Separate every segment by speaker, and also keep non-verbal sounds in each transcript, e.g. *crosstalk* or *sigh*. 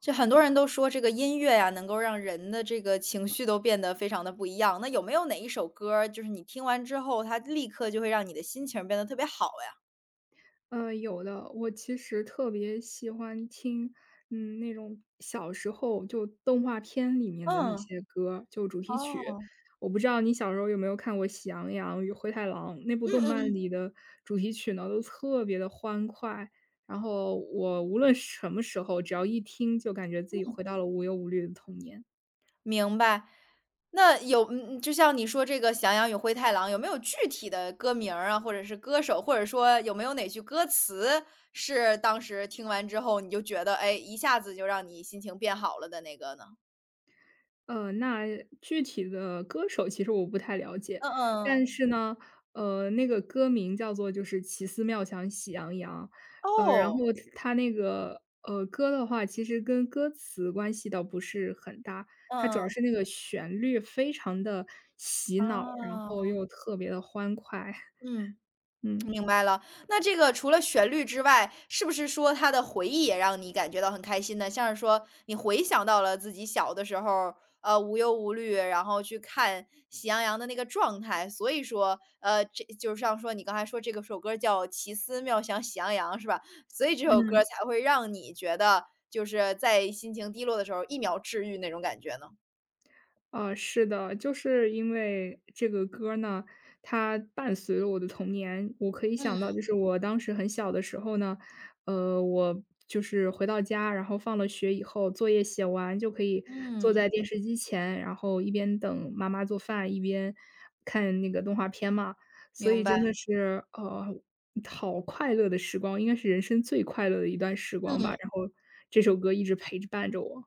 Speaker 1: 就很多人都说这个音乐呀，能够让人的这个情绪都变得非常的不一样。那有没有哪一首歌儿，就是你听完之后，它立刻就会让你的心情变得特别好呀？
Speaker 2: 有的。我其实特别喜欢听，那种小时候就动画片里面的那
Speaker 1: 嗯，
Speaker 2: 些歌，就主题曲。
Speaker 1: 哦，
Speaker 2: 我不知道你小时候有没有看过《喜羊羊与灰太狼》那部
Speaker 1: 嗯
Speaker 2: 动
Speaker 1: 嗯
Speaker 2: 漫
Speaker 1: 嗯，
Speaker 2: 里的主题曲呢，都特别的欢快。然后我无论什么时候，只要一听，就感觉自己回到了无忧无虑的童年。
Speaker 1: 明白。那有，就像你说这个《翔羊与灰太狼》，有没有具体的歌名儿啊，或者是歌手，或者说有没有哪句歌词是当时听完之后你就觉得，哎，一下子就让你心情变好了的那个呢？
Speaker 2: 那具体的歌手其实我不太了解，
Speaker 1: 嗯
Speaker 2: 但
Speaker 1: 嗯，
Speaker 2: 是呢，那个歌名叫做就是"奇思妙想喜羊羊"，然
Speaker 1: 哦，
Speaker 2: 后它那个，歌的话其实跟歌词关系倒不是很大，它主
Speaker 1: 嗯
Speaker 2: 要
Speaker 1: 嗯，
Speaker 2: 是那个旋律非常的洗脑，然后
Speaker 1: 啊。
Speaker 2: 又特别的欢快，
Speaker 1: 嗯，
Speaker 2: *laughs* 嗯。
Speaker 1: 明白了。那这个除了旋律之外，是不是说它的回忆也让你感觉到很开心呢？像是说你回想到了自己小的时候，无忧无虑，然后去看《喜羊羊》的那个状态，所以说，这就像说你刚才说这个首歌叫《奇思妙想喜羊羊》，是吧？所以这首歌
Speaker 2: 嗯。
Speaker 1: 才会让你觉得就是在心情低落的时候一秒治愈那种感觉呢？
Speaker 2: 啊，是的，就是因为这个歌儿呢，它伴随了我的童年。我可以想到，
Speaker 1: 嗯
Speaker 2: 就是我当时很小的时候呢，我就是回到家，然后放了学以后，作业写完就可以坐在
Speaker 1: 嗯，
Speaker 2: 电视机前，然后一边等妈妈做饭，一边看那个动画片嘛。所
Speaker 1: 明
Speaker 2: 以真的
Speaker 1: 白。
Speaker 2: 是，好快乐的时光，应该是人生最快乐的一段时光吧。
Speaker 1: 嗯。
Speaker 2: 然后这首歌一直陪着伴着我。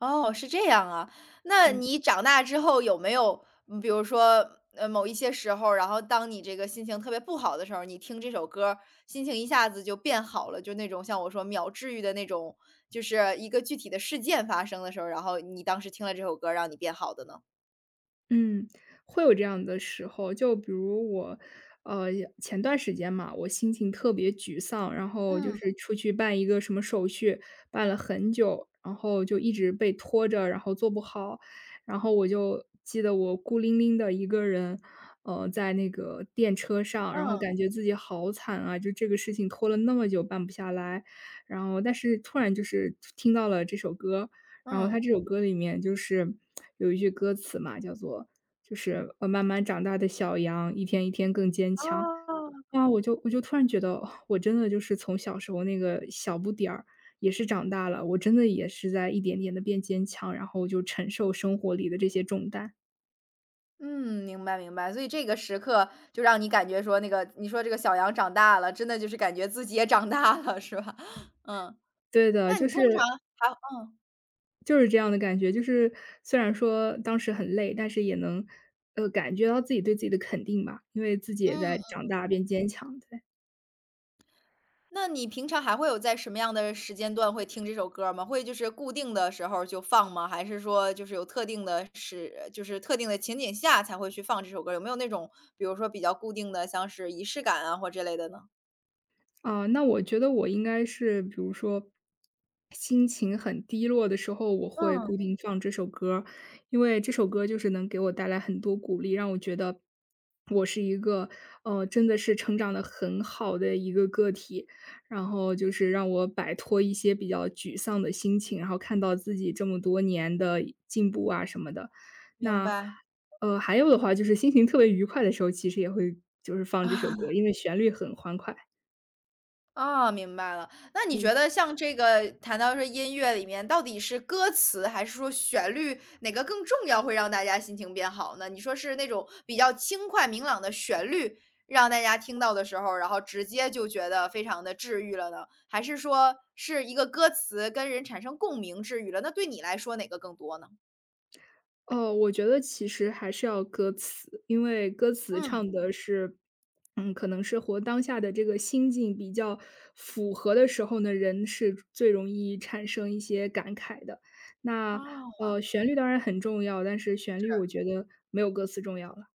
Speaker 1: 哦，是这样啊。那
Speaker 2: 嗯。
Speaker 1: 你长大之后有没有，比如说，某一些时候，然后当你这个心情特别不好的时候，你听这首歌儿心情一下子就变好了，就那种像我说秒治愈的那种，就是一个具体的事件发生的时候，然后你当时听了这首歌儿让你变好的呢？
Speaker 2: 嗯，会有这样的时候。就比如我，呃，前段时间嘛，我心情特别沮丧，然后就
Speaker 1: 嗯
Speaker 2: 是出去办一个什么手续，办了很久，然后就一直被拖着，然后做不好。然后我就记得我孤零零的一个人，在那个电车上，然后
Speaker 1: 嗯
Speaker 2: 感觉自己好惨啊，就这个事情拖了那么久办不下来。然后，但是突然就是听到了这首歌，然后他
Speaker 1: 嗯，
Speaker 2: 这首歌里面就是有一句歌词嘛，叫做就是慢慢长大的小羊，一天一天更坚强。
Speaker 1: 哦，
Speaker 2: 啊，我就突然觉得，哦我真的就是从小时候那个小不点儿，也是长大了，我真的也是在一点点的变坚强，然后就承受生活里的这些重担。
Speaker 1: 嗯，明白明白。所以这个时刻就让你感觉说，那个你说这个小羊长大了，真的就是感觉自己也长大了，是吧？*laughs* 嗯，
Speaker 2: 对的，
Speaker 1: 那
Speaker 2: 就
Speaker 1: 你通常
Speaker 2: 是
Speaker 1: 还
Speaker 2: 就是这样的感觉，就是虽然说当时很累，但是也能感觉到自己对自己的肯定吧，因为自己也
Speaker 1: 嗯，
Speaker 2: 在长大变坚强。对。
Speaker 1: 那你平常还会有在什么样的时间段会听这首歌儿吗？会就是固定的时候儿就放吗？还是说就是有特定的时就是特定的情景下才会去放这首歌儿有没有那种比如说比较固定的，像是仪式感啊或之类的呢？
Speaker 2: 啊，那我觉得我应该是，比如说心情很低落的时候，我会
Speaker 1: 嗯。
Speaker 2: 固定放这首歌儿，因为这首歌就是能给我带来很多鼓励，让我觉得我是一个真的是成长的很好的一个个体，然后就是让我摆脱一些比较沮丧的心情，然后看到自己这么多年的进步啊什么的。
Speaker 1: 明
Speaker 2: 那
Speaker 1: 白。*laughs*
Speaker 2: 还有的话就是心情特别愉快的时候，其实也会就是放这首
Speaker 1: 啊。
Speaker 2: 歌，因为旋律很欢快。
Speaker 1: 哦，明白了。那你
Speaker 2: 嗯。
Speaker 1: 觉得像这个谈到说音乐里面，到底是歌词还是说旋律，哪个更重要，会让大家心情变好呢？你说是那种比较轻快明朗的旋律，让大家听到的时候，然后直接就觉得非常的治愈了呢？还是说是一个歌词跟人产生共鸣治愈了？那对你来说哪个更多呢？
Speaker 2: 哦，我觉得其实还是要歌词，因为歌词唱
Speaker 1: 嗯，
Speaker 2: 的是，可能是活当下的这个心境比较符合的时候呢，人是最容易产生一些感慨的。那
Speaker 1: 哦。
Speaker 2: 旋律当然很重要，但是旋律我觉得没有歌词重要了。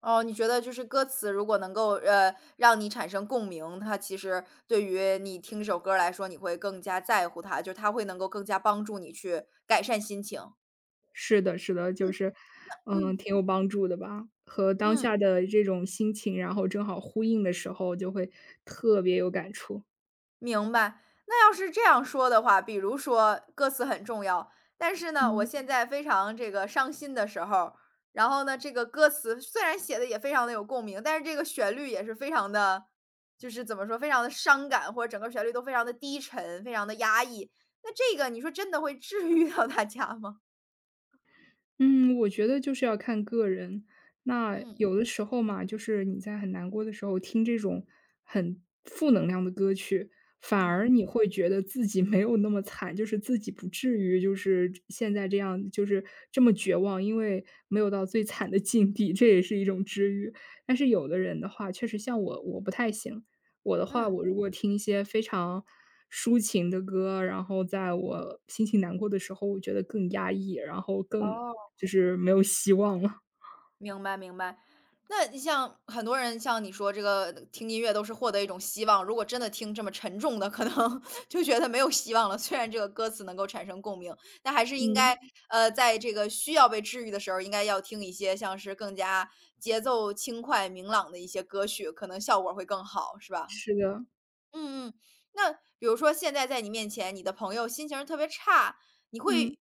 Speaker 1: 哦，你觉得就是歌词如果能够，让你产生共鸣，它其实对于你听这首歌儿来说，你会更加在乎它，就是它会能够更加帮助你去改善心情。
Speaker 2: 是的，是的，就
Speaker 1: 嗯
Speaker 2: 是，嗯，
Speaker 1: 嗯。
Speaker 2: 挺有帮助的吧，和当
Speaker 1: 嗯。
Speaker 2: 下的这种心情，然后正好呼应的时候，就会特别有感触。
Speaker 1: 明白。那要是这样说的话，比如说歌词很重要，但是呢，我
Speaker 2: 嗯。
Speaker 1: 现在非常这个伤心的时候，然后呢，这个歌词虽然写的也非常的有共鸣，但是这个旋律也是非常的，就是怎么说，非常的伤感，或者整个旋律都非常的低沉，非常的压抑。那这个你说真的会治愈到大家吗？
Speaker 2: 嗯，我觉得就是要看个人。那
Speaker 1: 嗯
Speaker 2: 有的时候嘛，就是你在很难过的时候听这种很负能量的歌曲，反而
Speaker 1: 嗯。
Speaker 2: 你会觉得自己没有那么惨，就是自己不至于就是现在这样，就是这么绝望，因为没有到最惨的境地，这也是一种治愈。但是有的人的话，确实像我，我不太行。我的话，
Speaker 1: 嗯，
Speaker 2: 我如果听一些非常抒情的歌，然后在我心情难过的时候，我觉得更压抑，然后更
Speaker 1: 哦。
Speaker 2: 就是没有希望了。
Speaker 1: 明白明白。那你像很多人像你说这个听音乐都是获得一种希望，如果真的听这么沉重的，可能 *laughs* 就觉得没有希望了。虽然这个歌词能够产生共鸣，但还是应该
Speaker 2: 嗯。
Speaker 1: 在这个需要被治愈的时候，应该要听一些像是更加节奏轻快、明朗的一些歌曲，可能效果会更好，是吧？
Speaker 2: 是的。
Speaker 1: 嗯嗯，那比如说现在在你面前，你的朋友心情儿特别差，你
Speaker 2: 嗯，
Speaker 1: 会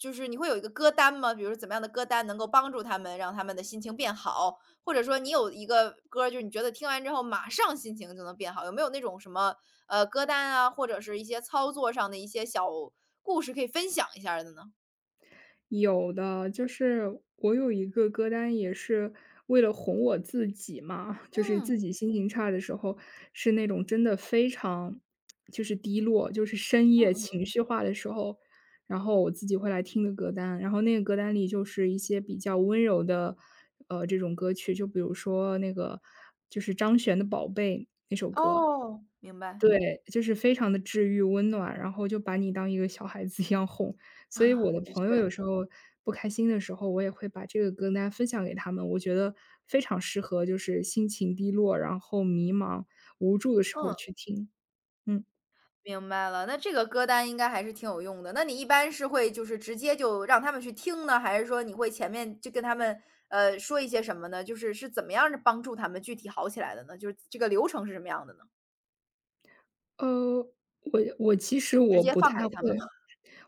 Speaker 1: 你会有一个歌单吗？比如说怎么样的歌单能够帮助他们，让他们的心情变好？或者说你有一个歌儿，就是你觉得听完之后马上心情就能变好，有没有那种什么歌单啊，或者是一些操作上的一些小故事可以分享一下儿的呢？
Speaker 2: 有的，就是我有一个歌单也是为了哄我自己嘛，就是自
Speaker 1: 嗯
Speaker 2: 己心情差的时候，是那种真的非常就是低落，就是深
Speaker 1: 嗯
Speaker 2: 夜
Speaker 1: 嗯，
Speaker 2: 情绪化的时候，然后我自己会来听的歌单。然后那个歌单里就是一些比较温柔的，这种歌曲，就比如说那个就是张悬的《宝贝》，
Speaker 1: 嗯哦，明白
Speaker 2: 对，就是非常的治愈、温暖，然后就把你当一个小孩子一样哄。所以我
Speaker 1: 啊，
Speaker 2: 的
Speaker 1: 的
Speaker 2: 朋友
Speaker 1: 确，
Speaker 2: 有时候不开心的时候，我也会把这个歌单分享给他们，我觉得非常适合就是心情低落，然后迷茫、无助的时候
Speaker 1: 嗯。
Speaker 2: 去听。嗯。
Speaker 1: 明白了，那这个歌单应该还是挺有用的。那你一般是会就是直接就让他们去听呢，还是说你会前面就跟他们，说一些什么呢？就是怎么样帮助他们具体好起来的呢？就是这个流程是什么样的呢？
Speaker 2: 呃，我其实
Speaker 1: 直
Speaker 2: 我
Speaker 1: 接
Speaker 2: 不
Speaker 1: 放
Speaker 2: 太
Speaker 1: 给他们吗？
Speaker 2: 会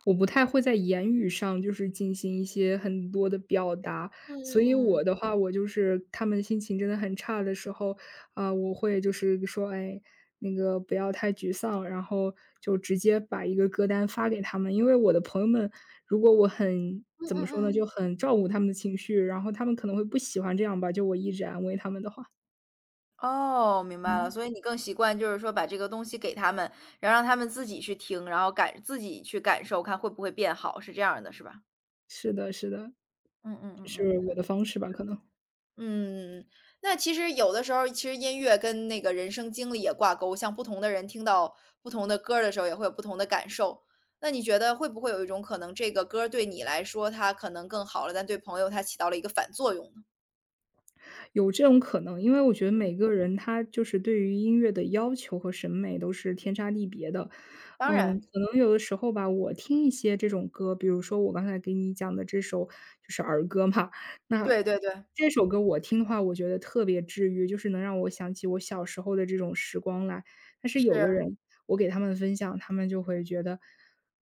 Speaker 2: 我不太会在言语上就是进行一些很多的表达，所以
Speaker 1: 嗯
Speaker 2: 我的话，我就是他们心情真的很差的时候，啊、我会就是说，哎，那个不要太沮丧，然后就直接把一个歌单发给他们，因为我的朋友们，如果我很
Speaker 1: 嗯
Speaker 2: 怎么
Speaker 1: 嗯
Speaker 2: 说呢，
Speaker 1: 嗯。
Speaker 2: 就很照顾他们的情绪，然后他们可能会不喜欢这样吧，就我一直安慰他们的话。
Speaker 1: 哦，明白了。
Speaker 2: 嗯。
Speaker 1: 所以你更习惯就是说把这个东西给他们，然后让他们自己去听，然后自己去感受，看会不会变好，是这样的，是吧？
Speaker 2: 是的，是的，
Speaker 1: 嗯嗯
Speaker 2: 这
Speaker 1: 嗯嗯。
Speaker 2: 是我的方式吧，可能。
Speaker 1: 嗯，那其实有的时候，其实音乐跟那个人生经历也挂钩，像不同的人听到不同的歌儿的时候，也会有不同的感受。那你觉得会不会有一种可能，这个歌儿对你来说它可能更好了，但对朋友它起到了一个反作用呢？
Speaker 2: 有这种可能，因为我觉得
Speaker 1: 嗯，
Speaker 2: 每个人他就是对于音乐的要求和审美都是天差地别的。
Speaker 1: 当
Speaker 2: 嗯，
Speaker 1: 然，
Speaker 2: 可能有的时候吧，我听一些这种歌，比如说我刚才给你讲的这首就是儿歌嘛，那
Speaker 1: 对对对，
Speaker 2: 这首歌我听的话，我觉得特别治愈，就是能让我想起我小时候的这种时光来。但是有的
Speaker 1: 是。
Speaker 2: 人，我给他们分享，他们就会觉得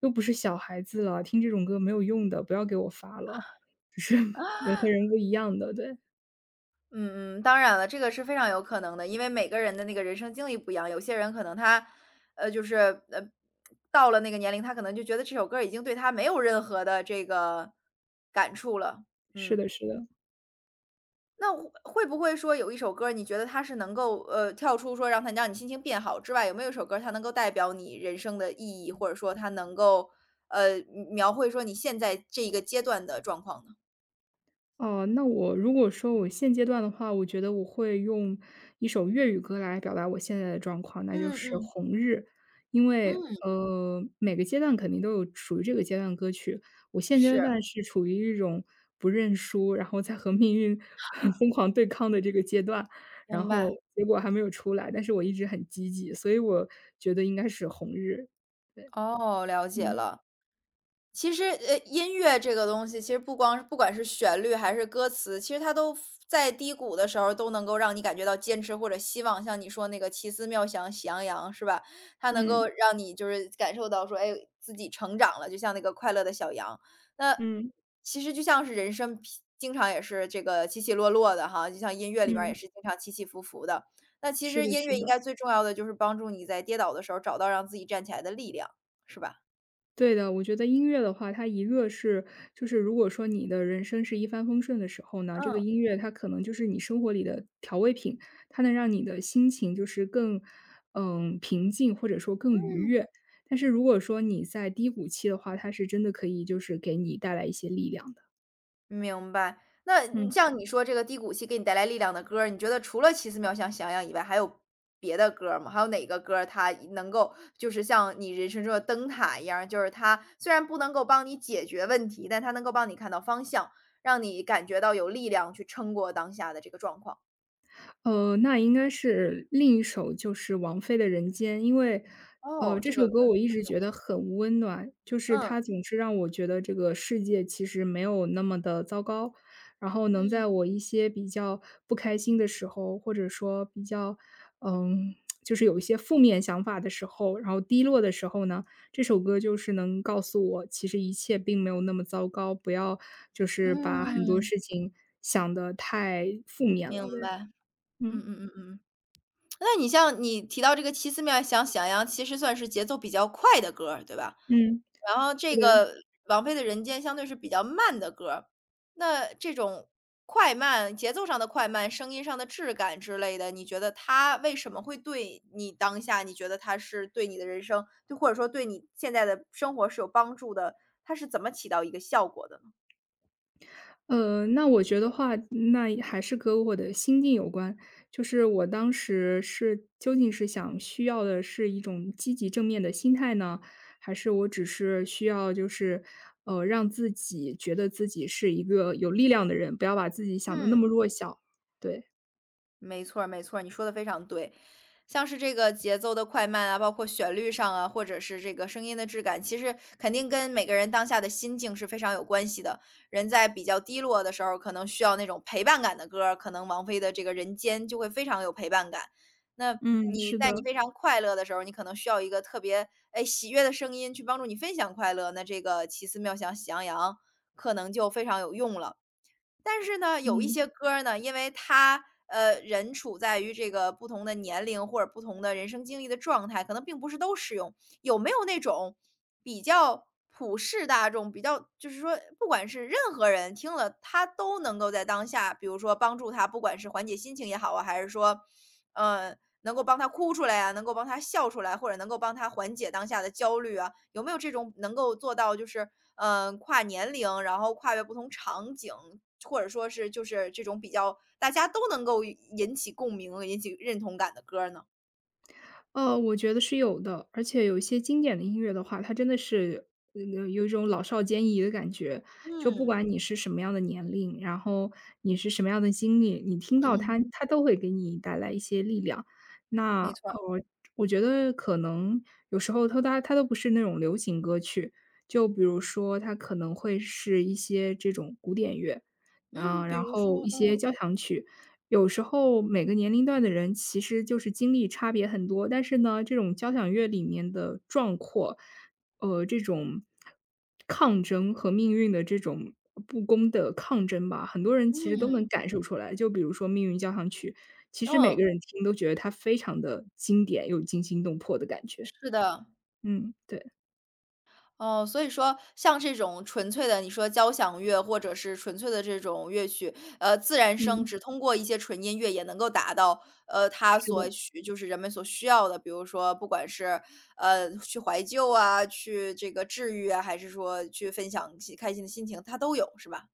Speaker 2: 又不是小孩子了，听这种歌没有用的，不要给我发了，*laughs* 就是人和人不一样的，对，
Speaker 1: 嗯嗯，当然了，这个是非常有可能的，因为每个人的那个人生经历不一样，有些人可能他，就是呃，到了那个年龄，他可能就觉得这首歌儿已经对他没有任何的这个感触了。
Speaker 2: 是
Speaker 1: 嗯，
Speaker 2: 的，是的。
Speaker 1: 那会不会说有一首歌儿你觉得它是能够跳出说让你心情变好之外，有没有一首歌儿它能够代表你人生的意义，或者说它能够呃描绘说你现在这一个阶段的状况呢？
Speaker 2: 哦，那我如果说我现阶段的话，我觉得我会用一首粤语歌来表达我现在的状况，那就
Speaker 1: 嗯
Speaker 2: 是
Speaker 1: 嗯
Speaker 2: 《红日》。因为，
Speaker 1: 嗯，
Speaker 2: 每个阶段肯定都有属于这个阶段的歌曲。我现阶
Speaker 1: 是，
Speaker 2: 段是处于一种不认输，然后在和命运 *laughs* 疯狂对抗的这个阶段，然
Speaker 1: 明
Speaker 2: 后
Speaker 1: 白，
Speaker 2: 结果还没有出来，但是我一直很积极，所以我觉得应该是《红日》。
Speaker 1: 哦，了解
Speaker 2: 嗯
Speaker 1: 了。其实，音乐这个东西，其实不管是旋律还是歌词，其实它都在低谷的时候都能够让你感觉到坚持或者希望。像你说那个奇思妙想喜羊羊是吧？它能
Speaker 2: 嗯
Speaker 1: 够让你就是感受到说，哎，自己成长了，就像那个快乐的小羊。那
Speaker 2: 嗯
Speaker 1: 其实就像是人生经常也是这个起起落落的哈，就像音乐里面也
Speaker 2: 嗯，
Speaker 1: 是经常起起伏伏的。那其
Speaker 2: 是
Speaker 1: 实
Speaker 2: 的，
Speaker 1: 音
Speaker 2: 是
Speaker 1: 乐应
Speaker 2: 的。
Speaker 1: 该最重要的就是帮助你在跌倒的时候找到让自己站起来的力量，是吧？
Speaker 2: 对的，我觉得音乐的话，它一个是就是如果说你的人生是一帆风顺的时候呢，这个
Speaker 1: 嗯。
Speaker 2: 音乐它可能就是你生活里的调味品，它能让你的心情就是更，嗯，平静或者说更愉悦。但是如果说你在低谷期的话，它是真的可以就是给你带来一些力量的。
Speaker 1: 明白。那
Speaker 2: 嗯。
Speaker 1: 像你说这个低谷期给你带来力量的歌儿，你觉得除了《奇思妙想想想》以外，还有别的歌儿吗？还有哪个歌儿它能够就是像你人生中的灯塔一样，就是它虽然不能够帮你解决问题，但它能够帮你看到方向，让你感觉到有力量去撑过当下的这个状况？
Speaker 2: 那应该是另一首就是王菲的《人间》，因为，
Speaker 1: 哦，
Speaker 2: 这
Speaker 1: 这
Speaker 2: 首
Speaker 1: 个歌
Speaker 2: 歌
Speaker 1: 儿
Speaker 2: 我一直觉得很温暖，就是
Speaker 1: 嗯，
Speaker 2: 它总是让我觉得这个世界其实没有那么的糟糕，然后能在我一些比较不开心的时候，或者说比较，嗯，就是有一些负面想法的时候，然后低落的时候呢，这首歌就是能告诉我，其实一切并没有那么糟糕，不要就是把很多
Speaker 1: 嗯，
Speaker 2: 事情想得太负面
Speaker 1: 明
Speaker 2: 了，对。
Speaker 1: 白，嗯
Speaker 2: 嗯。
Speaker 1: 嗯嗯嗯。那你像你提到这个奇思妙想想呀，其实算是节奏比较快的歌儿，对吧？
Speaker 2: 嗯，
Speaker 1: 然后
Speaker 2: 是
Speaker 1: 这
Speaker 2: 的。
Speaker 1: 个王菲的《人间》相对是比较慢的歌儿，那这种快慢，节奏上的快慢，声音上的质感之类的，你觉得它为什么会对你当下，你觉得它是对你的人生，就或者说对你现在的生活是有帮助的，它是怎么起到一个效果的呢？
Speaker 2: 那我觉得话，那也还是和我的心境有关。就是我当时是究竟是想需要的是一种积极正面的心态呢，还是我只是需要就是，让自己觉得自己是一个有力量的人，不要把自己想的那么
Speaker 1: 嗯。
Speaker 2: 弱小。对。
Speaker 1: 没错儿没错儿，你说的非常对。像是这个节奏的快慢啊，包括旋律上啊，或者是这个声音的质感，其实肯定跟每个人当下的心境是非常有关系的。人在比较低落的时候，可能需要那种陪伴感的歌儿，可能王菲的这个《人间》就会非常有陪伴感。那
Speaker 2: 嗯，
Speaker 1: 你
Speaker 2: 是
Speaker 1: 在
Speaker 2: 的。
Speaker 1: 你非常快乐的时候，你可能需要一个特别，哎，喜悦的声音去帮助你分享快乐，那这个奇思妙想喜羊羊可能就非常有用了。但是呢，有一
Speaker 2: 嗯。
Speaker 1: 些歌儿呢，因为它，人处在于这个不同的年龄或者不同的人生经历的状态，可能并不是都适用。有没有那种比较普世大众，比较就是说不管是任何人听了，他都能够在当下，比如说帮助他，不管是缓解心情也好啊，还是说，呃，能够帮他哭出来啊，能够帮他笑出来，或者能够帮他缓解当下的焦虑啊，有没有这种能够做到就是跨年龄，然后跨越不同场景，或者说是就是这种比较大家都能够引起共鸣、引起认同感的歌儿呢？
Speaker 2: 我觉得是有的，而且有一些经典的音乐的话，它真的是，呃，有一种老少皆宜的感觉。就不
Speaker 1: 嗯，
Speaker 2: 管你是什么样的年龄，然后你是什么样的经历，你听到它，
Speaker 1: *clears throat*
Speaker 2: 它都会给你带来一些力量。那
Speaker 1: 没错儿，
Speaker 2: 我觉得可能有时候它都不是那种流行歌曲，就比如说它可能会是一些这种古典乐，
Speaker 1: 嗯，
Speaker 2: 啊、
Speaker 1: 比
Speaker 2: 然
Speaker 1: 如
Speaker 2: 后
Speaker 1: 说
Speaker 2: 一些
Speaker 1: 嗯，
Speaker 2: 交响曲，有时候每个年龄段的人其实就是经历差别很多，但是呢，这种交响乐里面的壮阔，这种抗争和命运的这种不公的抗争吧，很多人其实都能
Speaker 1: 嗯，
Speaker 2: 感受出来。就比如说《命运交响曲》，其实每个
Speaker 1: 嗯，
Speaker 2: 人听都觉得它非常的经典，又惊心动魄的感觉。
Speaker 1: 是的。
Speaker 2: 嗯，对。
Speaker 1: 哦，所以说像这种纯粹的，你说交响乐或者是纯粹的这种乐曲，自然声
Speaker 2: 嗯，
Speaker 1: 只通过一些纯音乐也能够达到，它
Speaker 2: 是
Speaker 1: 所
Speaker 2: 的。
Speaker 1: 需就是人们所需要的，比如说不管是去怀旧啊，去这个治愈啊，还是说去分享开心的心情，它都有，是吧？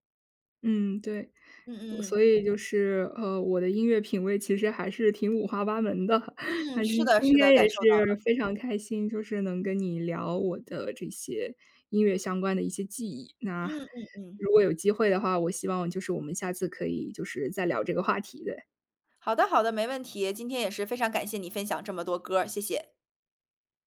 Speaker 2: 嗯，对。
Speaker 1: 嗯
Speaker 2: 我
Speaker 1: 嗯
Speaker 2: 所以就是，我的音乐品味其实还是挺五花八门的。
Speaker 1: 嗯
Speaker 2: *laughs*
Speaker 1: 嗯，
Speaker 2: 那
Speaker 1: 是
Speaker 2: 今
Speaker 1: 的，
Speaker 2: 今
Speaker 1: 是
Speaker 2: 天
Speaker 1: 的，
Speaker 2: 也
Speaker 1: 感受到了。
Speaker 2: 是非常开心，就是能跟你聊我的这些音乐相关的一些记忆。那
Speaker 1: 嗯嗯嗯，
Speaker 2: 如果有机会的话，我希望就是我们下次可以就是再聊这个话题的。
Speaker 1: 好的好的，没问题。今天也是非常感谢你分享这么多歌儿，谢谢。